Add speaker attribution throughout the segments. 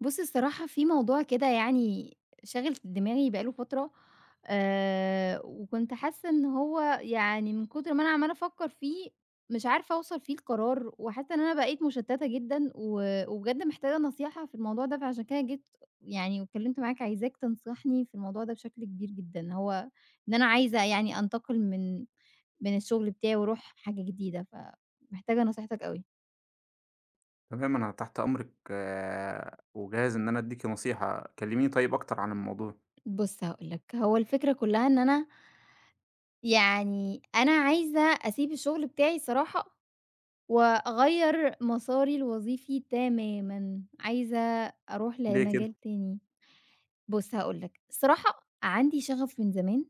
Speaker 1: بُص الصراحة في موضوع كده يعني شاغل دماغي بقى له فترة، وكنت حاسة إن هو يعني من كتر ما أنا عمّالة أفكّر فيه، مش عارفة أوصل فيه لقرار، وحاسة إن أنا بقيت مشتتة جدًا، وبجد محتاجة نصيحة في الموضوع ده، فعشان كده جيت يعني واتكلمت معاك عايزاك تنصحني في الموضوع ده بشكل كبير جدًا، هو إن أنا عايزة يعني أنتقل من الشغل بتاعي وأروح حاجة جديدة، فمحتاجة نصيحتك أوي.
Speaker 2: تمام، أنا تحت أمرِك وجاهز إن أنا أدّيكِ نصيحة، كلّميني طيب أكتر عن الموضوع،
Speaker 1: بُص هاقول لك، هو الفكرة كلّها إن أنا يعني أنا عايزة أسيب الشغل بتاعي الصراحة وأغيّر مساري الوظيفي تمامًا، عايزة أروح
Speaker 2: ليه كده؟
Speaker 1: لمجال تاني. بُص هاقول لك، الصراحة عندي شغف من زمان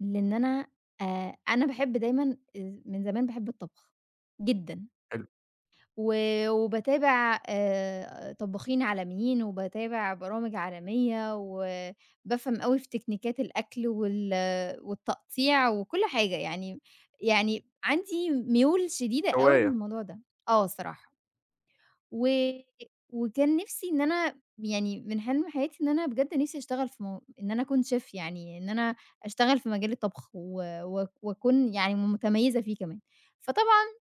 Speaker 1: لإن أنا أنا باحب دايمًا من زمان باحب الطبخ جدًا.
Speaker 2: حلو،
Speaker 1: و وباتابع طباخين عالميين، وباتابع برامج عالمية، وبافهم أوي في تكنيكات الأكل والتقطيع وكل حاجة يعني يعني عندي ميول شديدة أوي
Speaker 2: هواية،
Speaker 1: للموضوع ده. آه الصراحة. و وكان نِفْسي إن أنا يعني من حلم حياتي إن أنا بجد نِفْسي أشتغل في مو إن أنا أكون chef يعني إن أنا أشتغل في مجال الطبخ و و وأكون يعني متميّزة فيه كمان. فطبعًا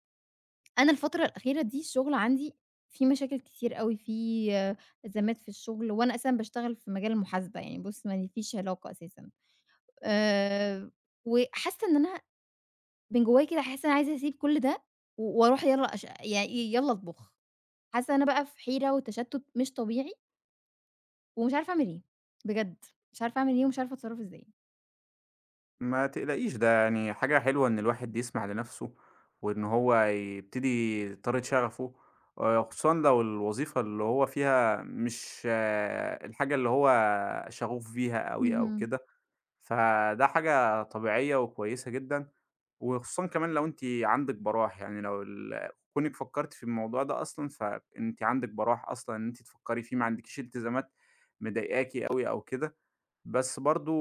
Speaker 1: أنا الفترة الأخيرة دي الشغل عندي فيه مشاكل كتير أوي، فيه أزمات في الشغل، وأنا أساسًا باشتغل في مجال المحاسبة يعني بُص ما فيش علاقة أساسًا، آآ وحاسة إن أنا من جوايا كده حاسة إن أنا عايزة أسيب كل ده و وأروح يالّا أش يعني يالّا أطبخ، حاسة أنا بقى في حيرة وتشتت مش طبيعي، ومش عارفة أعمل إيه، بجد مش عارفة أعمل إيه ومش عارفة أتصرف إزاي.
Speaker 2: ما تقلقيش ده يعني حاجة حلوة إن الواحد يسمع لنَفْسه، وإن هو يبتدي يطارد شغفه، خصوصًا لو الوظيفة اللي هو فيها مش الحاجة اللي هو شغوف بيها أوي أو
Speaker 1: اهم،
Speaker 2: كده، فده حاجة طبيعية وكويسة جدًا. وخصوصًا كمان لو أنتِ عندِك براح، يعني لو كونِك فكّرتِ في الموضوع ده أصلًا، فأنتِ عندِك براح أصلًا إن أنتِ تفكّري فيه، ما عندكيش التزامات مضايقاكِ أوي أو كده. بس برضه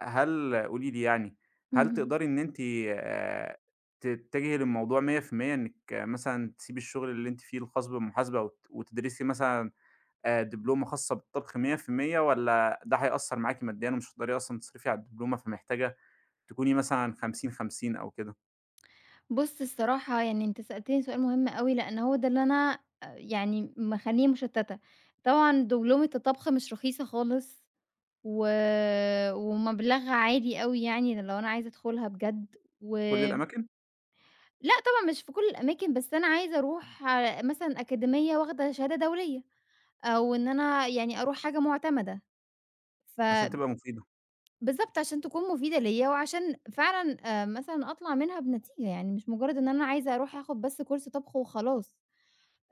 Speaker 2: قولي لي يعني، هل
Speaker 1: اهم.
Speaker 2: تقدري إن أنتِ آآ تتجهي للموضوع 100% إنِّك مثلًا تسيبي الشغل اللي أنتِ فيه الخاص بالمحاسبة وت وتدرسي مثلًا دبلومة خاصة بالطبخ 100% والّا ده هيأثّر معاكِ ماديًا ومش هتقدري أصلًا تصرفي على الدبلومة، فمحتاجة تكوني مثلًا 50، 50 أو كده،
Speaker 1: بُص الصراحة يعني أنت سألتني سؤال مهم أوي، لأن هو ده اللي أنا يعني مخلّيني مشتتة، طبعًا دبلومة الطبخ مش رخيصة خالص، و ومبلغها عالي أوي يعني لو أنا عايزة أدخلها بجد، و
Speaker 2: كل الأماكن؟
Speaker 1: لأ طبعًا مش في كل الأماكن، بس أنا عايزة أروح على- مثلًا أكاديمية واخدة شهادة دولية، أو إن أنا يعني أروح حاجة معتمدة،
Speaker 2: عشان
Speaker 1: فبالضبط
Speaker 2: تبقى مفيدة،
Speaker 1: عشان تكون مفيدة ليّا، وعشان فعلًا مثلًا أطلع منها بنتيجة، يعني مش مجرد إن أنا عايزة أروح آخد بس كورس طبخ وخلاص.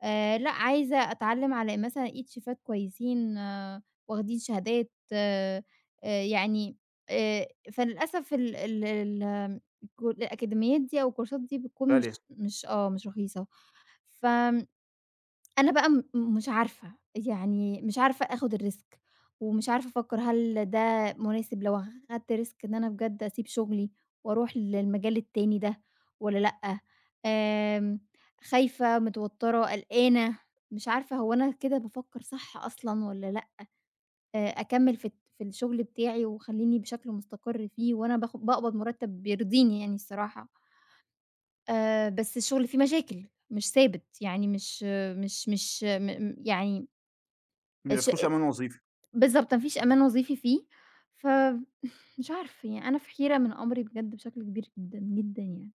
Speaker 1: لأ، عايزة أتعلّم على مثلًا لقيت شيفات كويسين آه واخدين شهادات يعني فللأسف ال ال ال الك الأكاديميات دي أو الكورسات دي بتكون
Speaker 2: غالية،
Speaker 1: مش آه، مش رخيصة، ف أنا بقى م مش عارفة، يعني مش عارفة آخُد الrisk ومش عارفة أفكّر هل ده مناسب لو أخدت risk إن أنا بجد أسيب شُغلي وأروح للمجال التاني ده والّا لأ؟ آمم، خايفة، متوتّرة، قلقانة، مش عارفة هو أنا كده بافكّر صح أصلًا والّا لأ؟ أه، أكمّل في الشغل بتاعي وخلّيني بشكل مستقر فيه وأنا باقبض مُرتّب بيرضيني يعني الصراحة، بس الشغل فيه مشاكل، مش ثابت، يعني مش مش مش م م يعني
Speaker 2: ما
Speaker 1: الش
Speaker 2: فيهوش أمان وظيفي.
Speaker 1: بالضبط، ما فيش أمان وظيفي فيه، فمش عارفة يعني أنا في حيرة من أمري بجد بشكل كبير جدًا، جدًا يعني.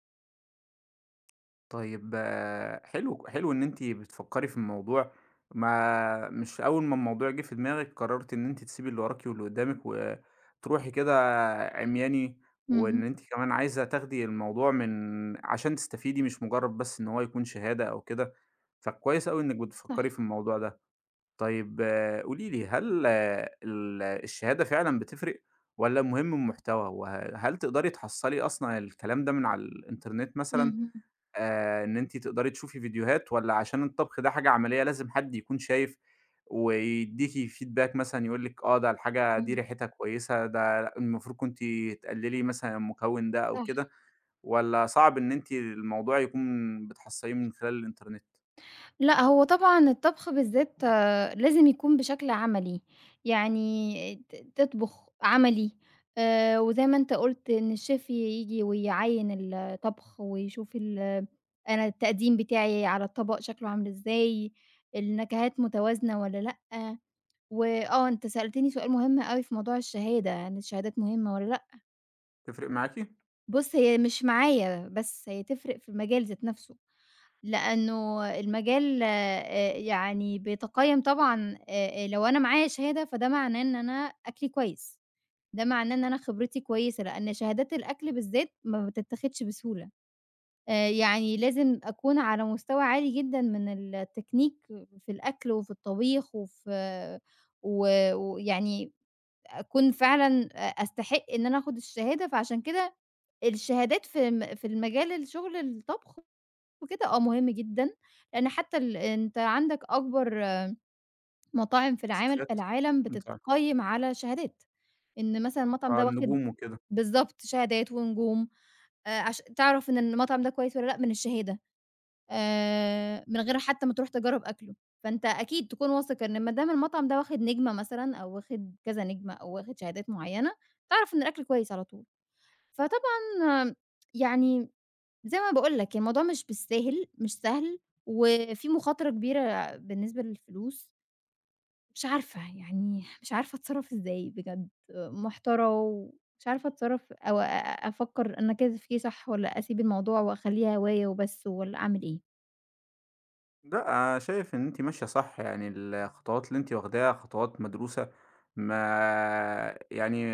Speaker 2: طيب حلو حلو إن أنتِ بتفكّري في الموضوع، ما مش أول ما الموضوع جِه في دماغِك قررتِ إن أنتِ تسيبي اللي وراكِ واللي قدّامِك وتروحي كده عمياني، وإن
Speaker 1: اهم،
Speaker 2: أنتِ كمان عايزة تاخدي الموضوع عشان تستفيدي مش مجرد بس إن هو يكون شهادة أو كده، فكويس أوي إنِّك
Speaker 1: صح،
Speaker 2: بتفكّري في الموضوع ده. طيب قولي لي هل الشهادة فعلًا بتفرق والّا مهم المحتوى؟ وهل تقدري تحصّلي أصلًا الكلام ده من على الإنترنت مثلًا
Speaker 1: اهم،
Speaker 2: إن أنتِ تقدري تشوفي فيديوهات والّا عشان الطبخ ده حاجة عملية لازم حد يكون شايف ويدّيكِ feedback مثلًا يقول لِك ده الحاجة دي
Speaker 1: إمم،
Speaker 2: ريحتها كويسة، ده لأ، المفروض كنتِ تقللي مثلًا المكون ده أو
Speaker 1: صح.
Speaker 2: كده والّا صعب إن أنتِ الموضوع يكون بتحصّليه من خلال الإنترنت؟
Speaker 1: لأ، هو طبعًا الطبخ بالذات لازم يكون بشكل عملي، يعني تطبخ عملي وزي ما أنت قُلت إن الchef ييجي ويعيّن الطبخ ويشوف أنا التقديم بتاعي على الطبق شكله عامل إزاي، النكهات متوازنة والّا لأ. وآه، أنت سألتني سؤال مهم أوي في موضوع الشهادة، هل الشهادات مهمة والّا لأ؟
Speaker 2: تفرق معاكِ؟
Speaker 1: بُص، هي مش معايا، بس هي تفرق في المجال ذات نفسه، لأنه المجال يعني بيتقيّم طبعًا لو أنا معايا شهادة فده معناه إن أنا أكلي كويس، ده معناه إن أنا خبرتي كويسة، لأن شهادات الأكل بالذات ما بتتاخدش بسهولة، يعني لازم أكون على مستوى عالي جدًا من التكنيك في الأكل وفي الطبيخ وفي و ويعني أكون فعلًا أستحق إن أنا آخُد الشهادة، فعشان كده الشهادات في المجال الشغل الطبخ وكده آه مهم جدًا، لإن حتى ال أنت عندك أكبر مطاعم في
Speaker 2: شيفات؟
Speaker 1: العالم
Speaker 2: بتاع-
Speaker 1: بتتقيّم على شهادات، إن مثلًا المطعم ده واخد
Speaker 2: النجوم وكده.
Speaker 1: بالضبط، شهادات ونجوم عش تعرف إن المطعم ده كويس والّا لأ من الشهادة. من غير حتى ما تروح تجرّب أكله، فأنت أكيد تكون واثق إن ما دام المطعم ده واخد نجمة مثلًا أو واخد كذا نجمة أو واخد شهادات معيّنة، تعرف إن الأكل كويس على طول. فطبعًا آه، يعني زي ما باقول لك الموضوع مش بالساهل، مش سهل، وفي مخاطرة كبيرة بالنسبة للفلوس، مش عارفة يعني مش عارفة أتصرّف إزاي بجد، آه، محتارة ومش عارفة أتصرّف أو أ أ أفكّر أنا كده تفكيري صح والّا أسيب الموضوع وأخلّيها هواية وبس والّا أعمل إيه؟
Speaker 2: لأ، شايف إن أنتِ ماشية صح، يعني الخطوات اللي أنتِ واخداها خطوات مدروسة، ما يعني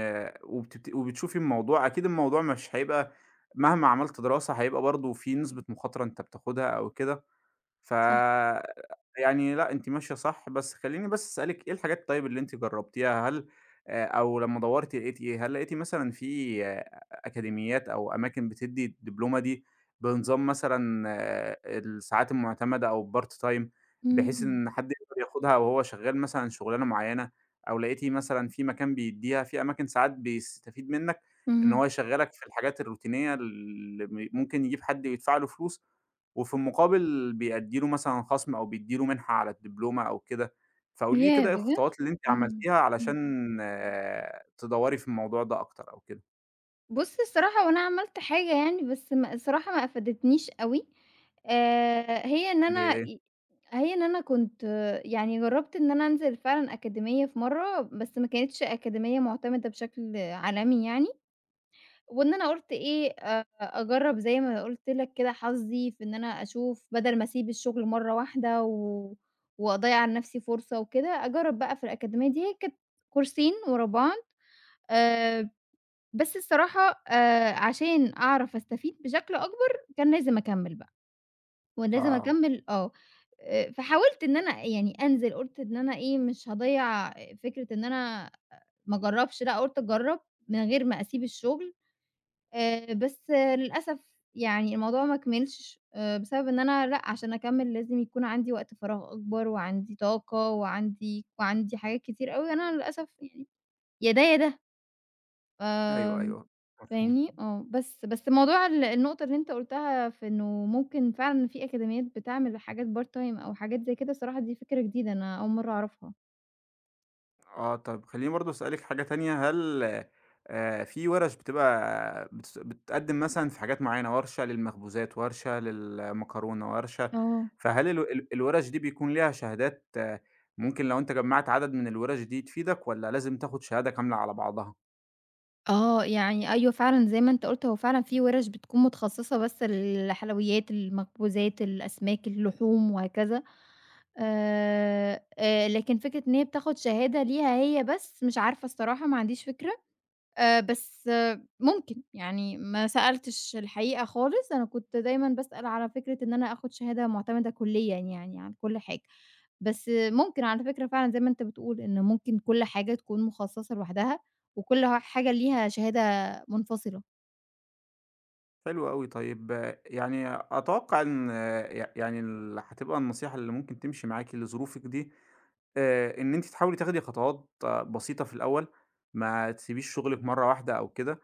Speaker 2: وبتبت وبتشوفي الموضوع أكيد الموضوع مش هيبقى مهما عملت دراسة هيبقى برضه في نسبة مخاطرة أنت بتاخدها أو كده. ف
Speaker 1: صح.
Speaker 2: يعني لأ، أنتِ ماشية صح، بس خلّيني بس أسألِك إيه الحاجات طيب اللي أنتِ جرّبتيها؟ هل أو لمّا دَوّرتِ لقيتِ إيه؟ هل لقيتِ مثلًا في أكاديميات أو أماكن بتدّي الدبلومة دي بنظام مثلًا الساعات المُعتمدة أو الpart time بحيث
Speaker 1: إمم.
Speaker 2: إن حد يقدر ياخدها وهو شغّال مثلًا شُغلانة معيّنة أو لقيتِ مثلًا في مكان بيدّيها؟ في أماكن ساعات بيستفيد منّك إن
Speaker 1: اهم.
Speaker 2: هو يشغّلك في الحاجات الروتينية اللي ممكن يجيب حد ويدفع له فلوس وفي المقابل بيأدّي له مثلًا خَصم أو بيدّي له مِنحة على الدبلومة أو كده، فقولي لي
Speaker 1: ياه!
Speaker 2: كده إيه
Speaker 1: بجد؟
Speaker 2: الخطوات اللي أنتِ
Speaker 1: إمم،
Speaker 2: عملتيها
Speaker 1: إمم.
Speaker 2: علشان تدوّري في الموضوع ده أكتر أو كده؟
Speaker 1: بُص الصراحة هو أنا عملت حاجة يعني بس ما الصراحة ما أفادتنيش أوي، هي إن
Speaker 2: اللي هي
Speaker 1: أنا
Speaker 2: ايه؟
Speaker 1: ي هي إن أنا كنت يعني جرّبت إن أنا أنزل فعلًا أكاديمية في مرّة، بس ما كانتش أكاديمية معتمدة بشكل عالمي يعني، وإن أنا قُلت إيه، أجرّب زي ما قُلت لك كده حظي في إن أنا أشوف بدل ما أسيب الشغل مرّة واحدة و وأضيّع لنفسي فرصة وكده، أجرّب بقى في الأكاديمية دي، هي كانت كورسين ورا بعض. آآ، بس الصراحة عشان أعرف أستفيد بشكل أكبر كان لازم أكمّل بقى، ولازم
Speaker 2: آه،
Speaker 1: أكمّل آه، فحاولت إن أنا يعني أنزل، قُلت إن أنا إيه مش هاضيّع فكرة إن أنا ما أجرّبش، لأ قُلت أجرّب من غير ما أسيب الشغل، بس للأسف يعني الموضوع ما كملش بسبب إن أنا لأ عشان أكمّل لازم يكون عندي وقت فراغ أكبر، وعندي طاقة، وعندي حاجات كتير أوي، أنا للأسف يعني يا ده يا ده،
Speaker 2: أيوه،
Speaker 1: آمم
Speaker 2: أيوه، مفهوم.
Speaker 1: فاهمني؟ آه، بس موضوع النقطة اللي أنت قُلتها في إنه ممكن فعلًا في أكاديميات بتعمل حاجات part time أو حاجات زي كده، الصراحة دي فكرة جديدة أنا أول مرّة أعرفها.
Speaker 2: آه، طب خلّيني برضه أسألِك حاجة تانية، هل في وَرَش بتبقى بتتقدّم مثلًا في حاجات معيّنة، ورشة للمخبوزات، ورشة للمكرونة، ورشة
Speaker 1: آه.
Speaker 2: فهل ال ال الوَرَش دي بيكون ليها شهادات ممكن لو أنت جمّعت عدد من الوَرَش دي تفيدك والّا لازم تاخد شهادة كاملة على بعضها؟
Speaker 1: آه، يعني أيوه فعلًا زي ما أنت قُلت هو فعلًا في وِرَش بتكون متخصصة بس للحلويات، المخبوزات، الأسماك، اللحوم وهكذا. لكن فكرة إن هي بتاخد شهادة ليها هي بس، مش عارفة الصراحة ما عنديش فكرة. بس ممكن، يعني ما سألتش الحقيقة خالص، أنا كنت دايمًا باسأل على فكرة إن أنا آخُد شهادة مُعتمدة كُلّيًا يعني عن كل حاجة، بس ممكن على فكرة فعلًا زي ما أنت بتقول إن ممكن كل حاجة تكون مُخصّصة لوحدها وكل حاجة ليها شهادة منفصلة.
Speaker 2: حلو أوي، طيب يعني أتوقع إن يعني هتبقى النصيحة اللي ممكن تمشي معاكِ لظروفِك دي، إن أنتِ تحاولي تاخدي خطوات بسيطة في الأول، ما تسيبيش شغلِك مرّة واحدة أو كده.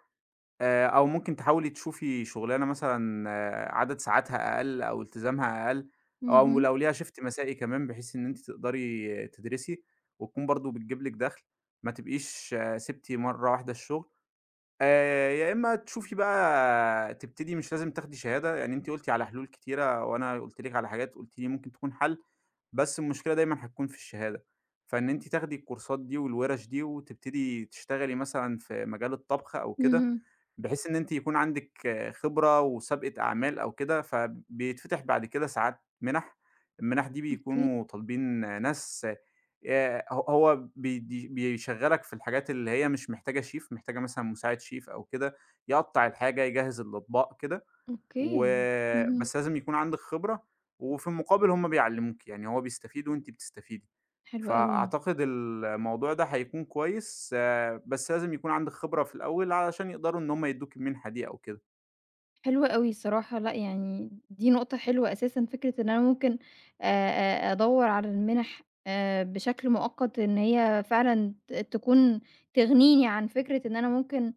Speaker 2: أو ممكن تحاولي تشوفي شغلانة مثلًا عدد ساعاتها أقل أو التزامها أقل، أو
Speaker 1: اهم،
Speaker 2: لو ليها shift مسائي كمان بحيث إن أنتِ تقدري تدرسي، وتكون برضه بتجيب لِك دخل، ما تبقيش سِبتِ مرة واحدة الشغل. يا إما تشوفي بقى تبتدي مش لازم تاخدي شهادة، يعني أنتِ قُلتِ على حلول كتيرة وأنا قُلت لِك على حاجات قُلتِ لي ممكن تكون حل، بس المشكلة دايمًا هتكون في الشهادة، فإن أنتِ تاخدي الكورسات دي والوِرَش دي وتبتدي تشتغلي مثلًا في مجال الطبخ أو كده
Speaker 1: اهم.
Speaker 2: بحيث إن أنتِ يكون عندِك خبرة وسابقة أعمال أو كده، فبيتفتح بعد كده ساعات مِنَح، المِنَح دي
Speaker 1: أوكي،
Speaker 2: بيكونوا طالبين ناس ه هو بيشغّلك في الحاجات اللي هي مش محتاجة شيف، محتاجة مثلًا مساعد شيف أو كده، يقطّع الحاجة، يجهّز الأطباق كده. و
Speaker 1: أوكي. اهم،
Speaker 2: بس لازم يكون عندِك خبرة، وفي المقابل هُم بيعلّموكِ، يعني هو بيستفيد وأنتِ بتستفيدي،
Speaker 1: حلو أوي.
Speaker 2: فأعتقد الموضوع ده هيكون كويس بس لازم يكون عندِك خبرة في الأول علشان يقدروا إن هُم يدّوكِ المنحة دي أو كده،
Speaker 1: حلو أوي الصراحة، لأ يعني دي نقطة حلوة أساسًا، فكرة إن أنا ممكن آآ أدوّر على المنح بشكل مؤقت، إن هي فعلًا تكون تغنيني عن فكرة إن أنا ممكن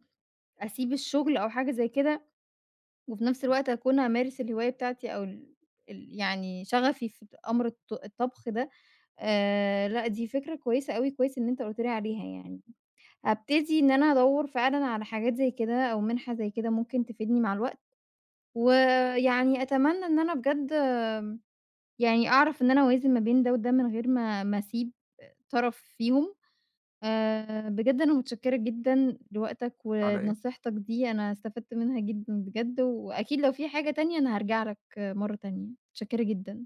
Speaker 1: أسيب الشغل أو حاجة زي كده، وفي نفس الوقت أكون أمارس الهواية بتاعتي أو ال ال يعني شغفي في أمر الطبخ ده، لأ دي فكرة كويسة أوي، كويس إن أنت قُلت لي عليها يعني. هابتدي إن أنا أدوّر فعلًا على حاجات زي كده أو منحة زي كده ممكن تفيدني مع الوقت. ويعني أتمنى إن أنا بجد يعني أعرف إن أنا أوازن ما بين ده وده من غير ما أسيب طرف فيهم. بجد أنا متشكرة جدًا لوقتك
Speaker 2: على إيه؟
Speaker 1: ولنصيحتك دي، أنا استفدت منها جدًا بجد، وأكيد لو في حاجة تانية أنا هارجع لك مرة تانية. متشكرة جدًا.